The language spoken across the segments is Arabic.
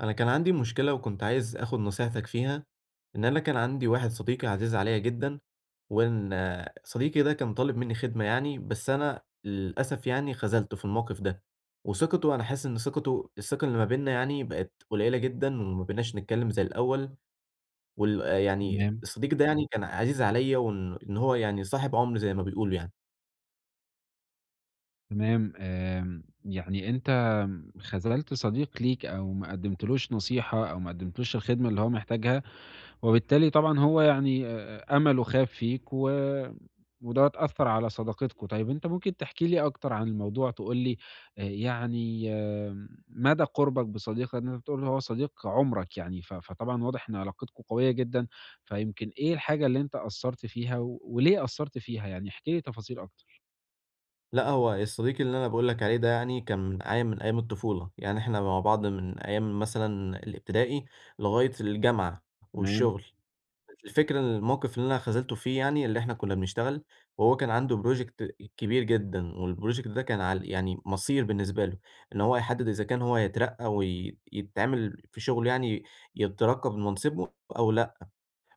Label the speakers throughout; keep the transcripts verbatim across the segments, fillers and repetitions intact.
Speaker 1: أنا كان عندي مشكلة وكنت عايز آخد نصيحتك فيها، إن أنا كان عندي واحد صديقي عزيز عليّا جدًا، وإن آه، صديقي ده كان طالب منّي خدمة يعني، بس أنا للأسف يعني خذلته في الموقف ده، وثقته أنا حاسس إن ثقته الثقة اللي ما بيننا يعني بقت قليلة جدًا وما بقيناش نتكلّم زي الأول، وال آه، يعني
Speaker 2: تمام،
Speaker 1: الصديق ده يعني كان عزيز عليّا وإن إن هو يعني صاحب عُمري زي ما بيقولوا يعني.
Speaker 2: تمام، آمم، يعني أنت خذلت صديق ليك أو ما قدّمتلوش نصيحة أو ما قدّمتلوش الخدمة اللي هو محتاجها، وبالتالي طبعًا هو يعني آآ، أمله خاب فيك و وده أثّر على صداقتكم. طيب أنت ممكن تحكي لي أكتر عن الموضوع، تقول لي آآ، يعني آمم، مدى قُربك بصديقك ده أنت بتقول هو صديق عمرك يعني، ف فطبعًا واضح إن علاقتكم قوية جدًا، فيمكن إيه الحاجة اللي أنت قصّرت فيها، و... وليه قصّرت فيها يعني؟ احكِ لي تفاصيل أكتر.
Speaker 1: لأ، هو الصديق اللي أنا باقول لك عليه ده يعني كان معايا من أيام الطفولة، يعني إحنا مع بعض من أيام مثلًا الابتدائي لغاية الجامعة
Speaker 2: تمام،
Speaker 1: والشغل. الفكرة إن الموقف اللي أنا خذلته فيه يعني اللي إحنا كنا بنشتغل وهو كان عنده project كبير جدًا، والproject ده كان عل يعني مصير بالنسبة له، إن هو يحدد إذا كان هو هيترقى ويتعمل في شغله، يعني يترقى بمنصبه أو لأ.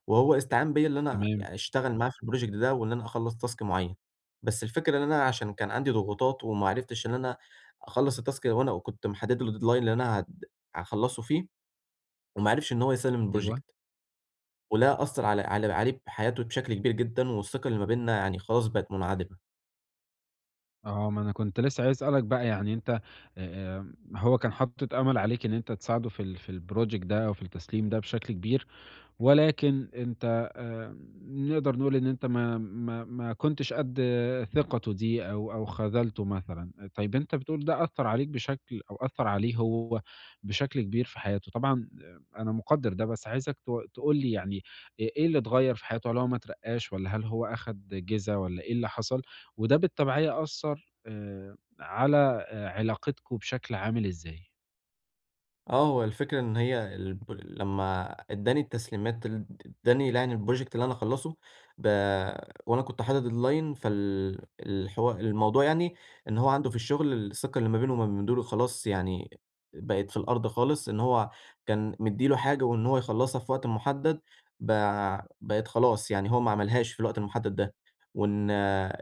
Speaker 1: وهو استعان بيّا اللي أنا
Speaker 2: تمام.
Speaker 1: يعني أشتغل معاه في الproject ده وإن أنا أخلّص task معيّن. بس الفكرة إن أنا عشان كان عندي ضغوطات وما عرفتش إن أنا أخلّص الtask، وأنا وكنت محدد له deadline اللي أنا هد هاخلّصه فيه، وما عرفش إن هو يسلّم
Speaker 2: أيوه،
Speaker 1: الproject، وده أثّر على على عليه بحياته بشكل كبير جدًا، والثقة اللي ما بيننا يعني خلاص بقت منعدمة.
Speaker 2: آه، ما أنا كنت لسه عايز أسألك بقى يعني أنت آآ، هو كان حاطط أمل عليك إن أنت تساعده في ال في الproject ده أو في التسليم ده بشكل كبير، ولكن أنت آآ نقدر نقول إن أنت ما ما ما كنتش قد ثقته دي أو أو خذلته مثلًا. طيب أنت بتقول ده أثّر عليك بشكل أو أثّر عليه هو بشكل كبير في حياته. طبعًا آه، أنا مقدّر ده، بس عايزك ت تقول لي يعني إ إيه اللي اتغيّر في حياته؟ هل هو ما اترقّاش والّا هل هو أخد جِزا والّا إيه اللي حصل؟ وده بالتبعية أثّر آآ على آآ علاقتكم بشكل عامل إزاي؟
Speaker 1: آه، هو الفكرة إن هي الب لمّا ادّاني التسليمات ال ادّاني ل يعني الproject اللي أنا أخلّصه، ب وأنا كنت حاطط deadline فال الحوا الموضوع، يعني إن هو عنده في الشغل الثقة اللي ما بينه وما بين مديره خلاص يعني بقت في الأرض خالص. إن هو كان مدّي له حاجة وإن هو يخلّصها في وقت محدد، ب بقت خلاص. يعني هو ما عملهاش في الوقت المحدد ده، وإن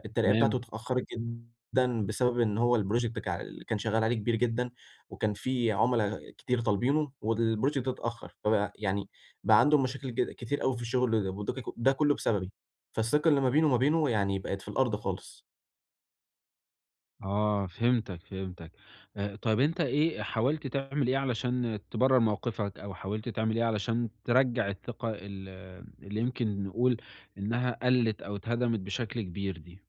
Speaker 1: الترقية بتاعته
Speaker 2: تمام.
Speaker 1: اتأخّرت جدًا، بسبب إن هو الproject كا اللي كان شغّال عليه كبير جدًا. وكان في عُملا كتير طالبينه والproject ده اتأخّر، فبقى يعني بقى عندهم مشاكل ج كتير أوي في الشغل ده، وده ك ده كُلّه بسببي، فالثقة اللي ما بيني وما بينه يعني بقت في الأرض خالص.
Speaker 2: آه، فهمتك، فهمتك. آآ، طيب أنت إيه حاولت تعمل إيه علشان تبرر موقفك، أو حاولت تعمل إيه علشان ترجّع الثقة ال اللي يمكن نقول إنها قَلّت أو اتهدمت بشكل كبير دي؟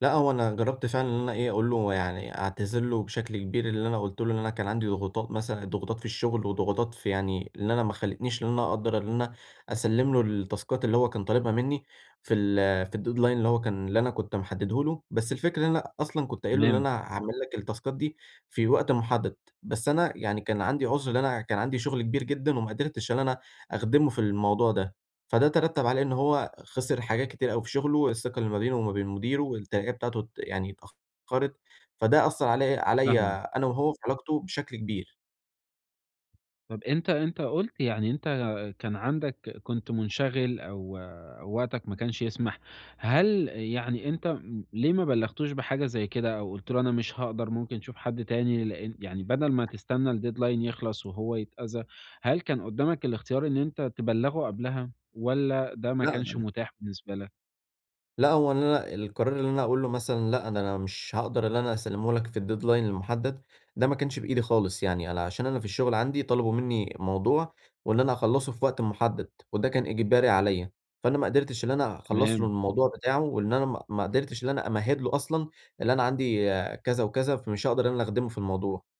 Speaker 1: لأ، هو أنا جرّبت فعلًا إن أنا إيه، أقول له يعني أعتذر له بشكل كبير، اللي أنا قُلت له إن أنا كان عندي ضغوطات، مثلًا ضغوطات في الشغل وضغوطات في يعني اللي أنا ما خلّتنيش إن أنا أقدر إن أنا أسلِّم له التاسكات اللي هو كان طالبها منّي في ال في الdeadline اللي هو كان، اللي أنا كنت محدّده له. بس الفكرة إن أنا أصلًا كنت قايل له إن
Speaker 2: تمام،
Speaker 1: أنا هاعمل لك التاسكات دي في وقت محدّد، بس أنا يعني كان عندي عُذر إن أنا كان عندي شغل كبير جدًا وما قدرتش إن أنا أخدمه في الموضوع ده. فده ترتب عليه إن هو خسر حاجات كتير أوي في شغله، الثقة اللي ما بينه وما بين مديره، الترقية بتاعته ات يعني اتأخرت، فده أثّر علي عليَّ
Speaker 2: فاهمك.
Speaker 1: أنا وهو في علاقته بشكل كبير.
Speaker 2: طب أنت أنت قُلت يعني أنت كان عندك كنت منشغل أو أو وقتك ما كانش يسمح، هل يعني أنت م ليه ما بلّغتوش بحاجة زي كده أو قُلت له أنا مش هاقدر ممكن شوف حد تاني لإن يعني بدل ما تستنى الdeadline يخلص وهو يتأذى، هل كان قدّامك الاختيار إن أنت تبلّغه قبلها والّا ده ما كانش
Speaker 1: لأ
Speaker 2: متاح بالنسبة لك؟
Speaker 1: لأ، هو إن أنا القرار اللي أنا أقول له مثلًا لأ، ده أنا مش هاقدر اللي أنا أسلّمه لك في الdeadline المُحدد، ده ما كانش بإيدي خالص يعني. أنا عشان أنا في الشغل عندي طلبوا منّي موضوع وإن أنا أخلّصه في وقت مُحدد، وده كان إجباري عليَّ، فأنا ما قدرتش إن أنا أخلّص له
Speaker 2: تمام.
Speaker 1: الموضوع بتاعه، وإن أنا ما ما قدرتش إن أنا أمهّد له أصلًا اللي أنا عندي، آه، كذا وكذا، فمش هاقدر إن أنا أخدمه في الموضوع.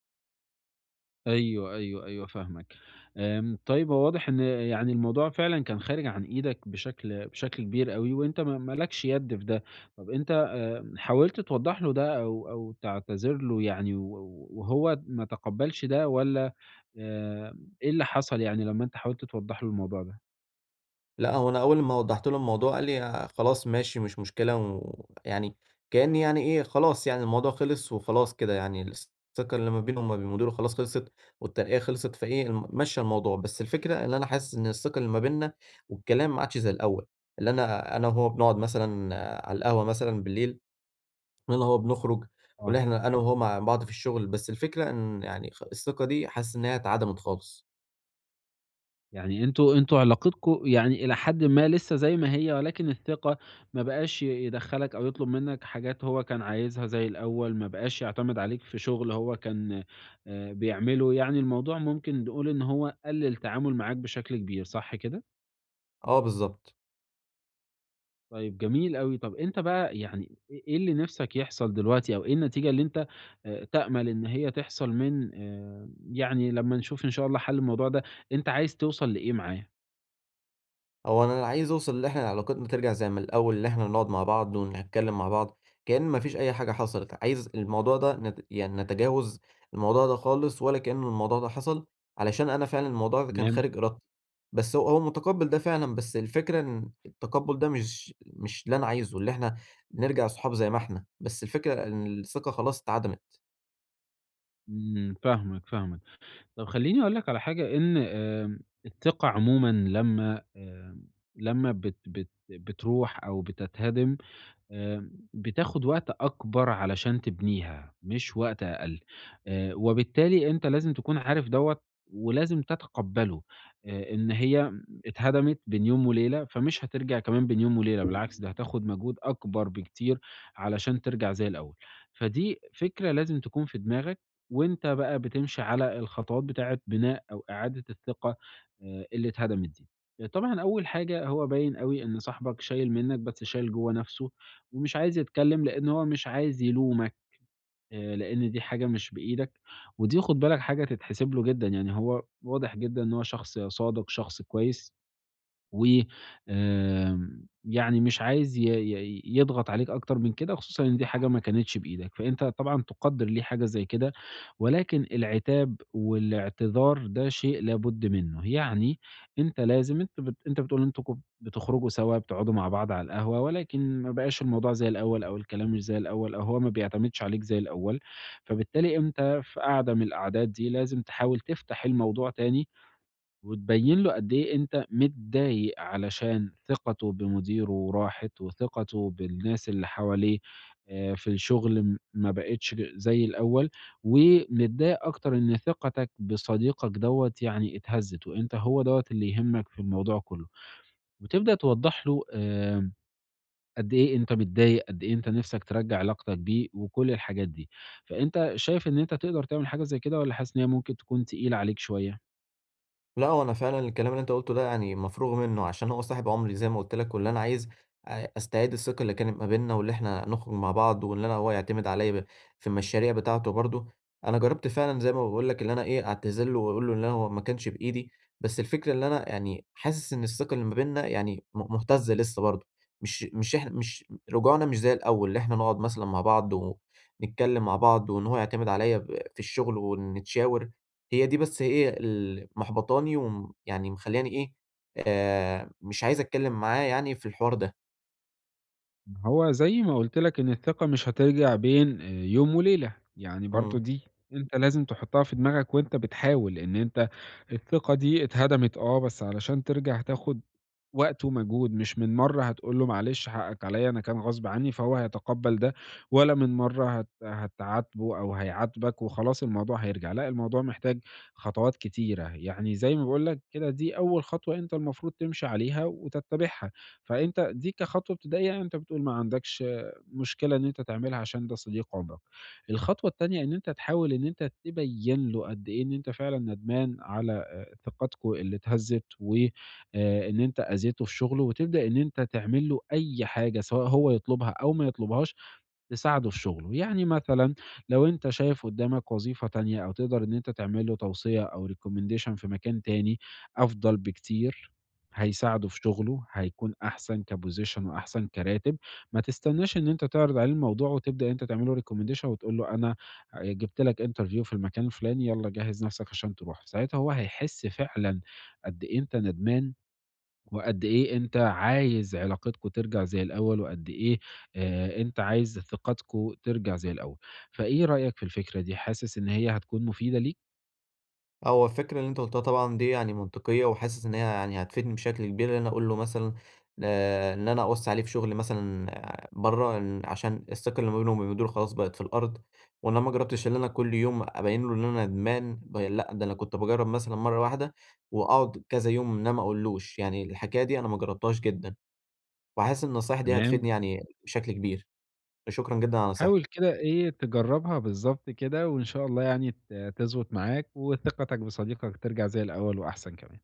Speaker 2: أيوه، أيوه، أيوه فاهمك. آمم، طيب هو واضح إن يعني الموضوع فعلًا كان خارج عن إيدك بشكل بشكل كبير أوي، وأنت ما ما لكش يد في ده. طب أنت آآ، حاولت توضّح له ده أو أو تعتذر له يعني و وهو ما تقبّلش ده والّا آآ، إيه اللي حصل يعني لمّا أنت حاولت توضّح له الموضوع ده؟
Speaker 1: لأ، هو أنا أول ما وضّحت له الموضوع قال لي: "آآ خلاص ماشي مش مشكلة". ويعني كإني يعني إيه، خلاص يعني الموضوع خلص وخلاص كده، يعني الثقة اللي ما بينه وما بين مديره خلاص خلصت، والترقية خلصت، فإيه الم مَشّى الموضوع. بس الفكرة إن أنا حاسس إن الثقة اللي ما بيننا والكلام ما عادش زي الأول، اللي أنا أنا وهو بنقعد مثلًا، آه، على القهوة مثلًا بالليل، وأنا وهو بنخرج، وإن
Speaker 2: آه.
Speaker 1: إحنا أنا وهو مع بعض في الشغل. بس الفكرة إن يعني خ الثقة دي حاسس إن هي اتعدمت خالص.
Speaker 2: يعني أنتم أنتم علاقتكم يعني إلى حدٍ ما لسه زي ما هي، ولكن الثقة ما بقاش ي يدخّلك أو يطلب منّك حاجات هو كان عايزها زي الأول، ما بقاش يعتمد عليك في شغل هو كان آآ بيعمله، يعني الموضوع ممكن نقول إن هو قلّل التعامل معاك بشكل كبير، صح كده؟
Speaker 1: آه، بالضبط.
Speaker 2: طيب جميل أوي، طَب أنت بقى يعني إ إيه اللي نِفْسك يحصل دلوقتي أو إيه النتيجة اللي أنت آآ تأمل إن هي تحصل من آآ يعني لمّا نشوف إن شاء الله حَل الموضوع ده، أنت عايز توصل لإيه معاه؟
Speaker 1: هو أنا اللي عايز أوصل اللي إحنا علاقتنا ترجع زي ما الأول، اللي إحنا نقعد مع بعض ونتكلم مع بعض كأن ما فيش أي حاجة حصلت. عايز الموضوع ده نت يعني نتجاوز الموضوع ده خالص، ولا كأن الموضوع ده حصل، علشان أنا فعلًا الموضوع ده كان
Speaker 2: تمام،
Speaker 1: خارج إرادتي. بس هو هو متقبّل ده فعلًا، بس الفكرة إن التقبُّل ده مش مش اللي أنا عايزه، اللي إحنا نرجع صحاب زي ما إحنا. بس الفكرة إن الثقة خلاص اتعدمت.
Speaker 2: إمم، فاهمك، فاهمك. طب خلّيني أقول لك على حاجة، إن آمم الثقة عمومًا لمّا آمم لمّا بت بت بتروح أو بتتهدم آآ بتاخد وقت أكبر علشان تبنيها، مش وقت أقل، آآ وبالتالي أنت لازم تكون عارف دوّة ولازم تتقبّله، آآ إن هي اتهدمت بين يوم وليلة، فمش هترجع كمان بين يوم وليلة، بالعكس ده هتاخد مجهود أكبر بكتير علشان ترجع زي الأول، فدي فكرة لازم تكون في دماغك، وأنت بقى بتمشي على الخطوات بتاعة بناء أو إعادة الثقة آآ اللي اتهدمت دي. آه، طبعًا أول حاجة هو باين أوي إن صاحبك شايل منّك بس شايل جوّه نَفْسه ومش عايز يتكلّم لإن هو مش عايز يلومك، آآ لإن دي حاجة مش بإيدك، ودي خُد بالك حاجة تتحسب له جدًا، يعني هو واضح جدًا إن هو شخص صادق، شخص كويس. و آمم، يعني مش عايز ي ي يضغط عليك أكتر من كده، خصوصًا إن دي حاجة ما كانتش بإيدك، فأنت طبعًا تقدّر ليه حاجة زي كده، ولكن العتاب والاعتذار ده شيء لابد منه، يعني أنت لازم أنت بت أنت بتقول أنتم كنتم بتخرجوا سوا، بتقعدوا مع بعض على القهوة، ولكن ما بقاش الموضوع زي الأول أو الكلام مش زي الأول أو هو ما بيعتمدش عليك زي الأول، فبالتالي أنت في قعدة من القعدات دي لازم تحاول تفتح الموضوع تاني وتبيّن له قد إيه أنت متضايق علشان ثقته بمديره راحت، وثقته بالناس اللي حواليه آآ في الشغل م ما بقِتش زي الأول، ومتضايق أكتر إن ثقتك بصديقك دوّة يعني اتهزِّت، وأنت هو دوّة اللي يهمك في الموضوع كلّه، وتبدأ توضّح له آمم قد إيه أنت متضايق، قد إيه أنت نِفْسك ترجّع علاقتك بيه، وكل الحاجات دي. فأنت شايف إن أنت تقدر تعمل حاجة زي كده والّا حاسس إن هي ممكن تكون تقيلة عليك شوية؟
Speaker 1: لأ، هو أنا فعلًا الكلام اللي أنت قُلته ده يعني مفروغ منه، عشان هو صاحب عمري زي ما قُلت لك، واللي أنا عايز أ أستعيد الثقة اللي كانت ما بيننا، واللي إحنا نخرج مع بعض، وإن أنا هو يعتمد عليَّ ب في المشاريع بتاعته برضه. أنا جرّبت فعلًا زي ما باقول لك، اللي أنا إيه، أعتذر له وأقول له إن أنا هو ما كانش بإيدي. بس الفكرة اللي أنا يعني حاسس إن الثقة اللي ما بيننا يعني م مهتزة لسه برضه. مش مش إحنا مش رجوعنا مش زي الأول، اللي إحنا نقعد مثلًا مع بعض ونتكلم مع بعض، وإن هو يعتمد عليَّ ب في الشغل ونتشاور. هي دي بس هي اللي محبطاني وم يعني مخلّياني إيه، آآ مش عايز أتكلّم معاه يعني في الحوار ده.
Speaker 2: هو زي ما قُلت لك إن الثقة مش هترجع بين آآ يوم وليلة، يعني برضه
Speaker 1: إمم.
Speaker 2: دي أنت لازم تحطها في دماغك وأنت بتحاول، إن أنت الثقة دي اتهدمت آه، بس علشان ترجع تاخد وقت ومجهود، مش من مرّة هتقول له معلش حقك عليَّ أنا كان غصب عنّي، فهو هيتقبّل ده، ولا من مرّة هت هتعاتبه أو هيعاتبك وخلاص الموضوع هيرجع، لأ الموضوع محتاج خطوات كتيرة، يعني زي ما باقول لك كده دي أول خطوة أنت المفروض تمشي عليها وتتّبعها، فأنت دي كخطوة ابتدائية أنت بتقول ما عندكش مشكلة إن أنت تعملها عشان ده صديق عمرك. الخطوة التانية إن أنت تحاول إن أنت تبيّن له قد إيه إن أنت فعلًا ندمان على آآ ثقتكم اللي اتهزّت و آآ إن أنت أذيته في شُغله وتبدأ إن أنت تعمل له أي حاجة سواء هو يطلبها أو ما يطلبهاش، تساعده في شُغله. يعني مثلًا لو أنت شايف قُدّامك وظيفة تانية أو تقدر إن أنت تعمل له توصية أو recommendation في مكان تاني أفضل بكتير، هيساعده في شُغله، هيكون أحسن كposition وأحسن كراتب. ما تستناش إن أنت تعرض عليه الموضوع وتبدأ أنت تعمل له recommendation وتقول له أنا آآ جِبت لك interview في المكان الفلاني يالّا جهّز نَفْسك عشان تروح. ساعتها هو هيحس فعلًا قد إيه أنت ندمان وقد إيه أنت عايز علاقتكم ترجع زي الأول، وقد إيه آآ أنت عايز ثقتكم ترجع زي الأول. فإيه رأيك في الفكرة دي، حاسس إن هي هتكون مفيدة ليك؟
Speaker 1: هو الفكرة اللي أنت قُلتها طبعًا دي يعني منطقية، وحاسس إن هي يعني هتفيدني بشكل كبير، إن أنا أقول له مثلًا، آآ إن أنا أوَّسي عليه في شُغل مثلًا برّه، إن عشان الثقة اللي ما بينه وما مديره خلاص بقت في الأرض. وإن أنا ما جرّبتش إن أنا كل يوم أبيّن له إن أنا ندمان، ب لأ، ده أنا كنت باجرّب مثلًا مرّة واحدة وأقعد كذا يوم إن أنا ما أقولوش، يعني الحكاية دي أنا ما جرّبتهاش جدًا. وحاسس إن النصايح دي
Speaker 2: تمام،
Speaker 1: هتفيدني يعني بشكل كبير. شكرًا جدًا على
Speaker 2: حاول
Speaker 1: نصيحتك.
Speaker 2: كده إيه تجرّبها بالضبط كده، وإن شاء الله يعني ت تضبط معاك، وثقتك بصديقك ترجع زي الأول وأحسن كمان.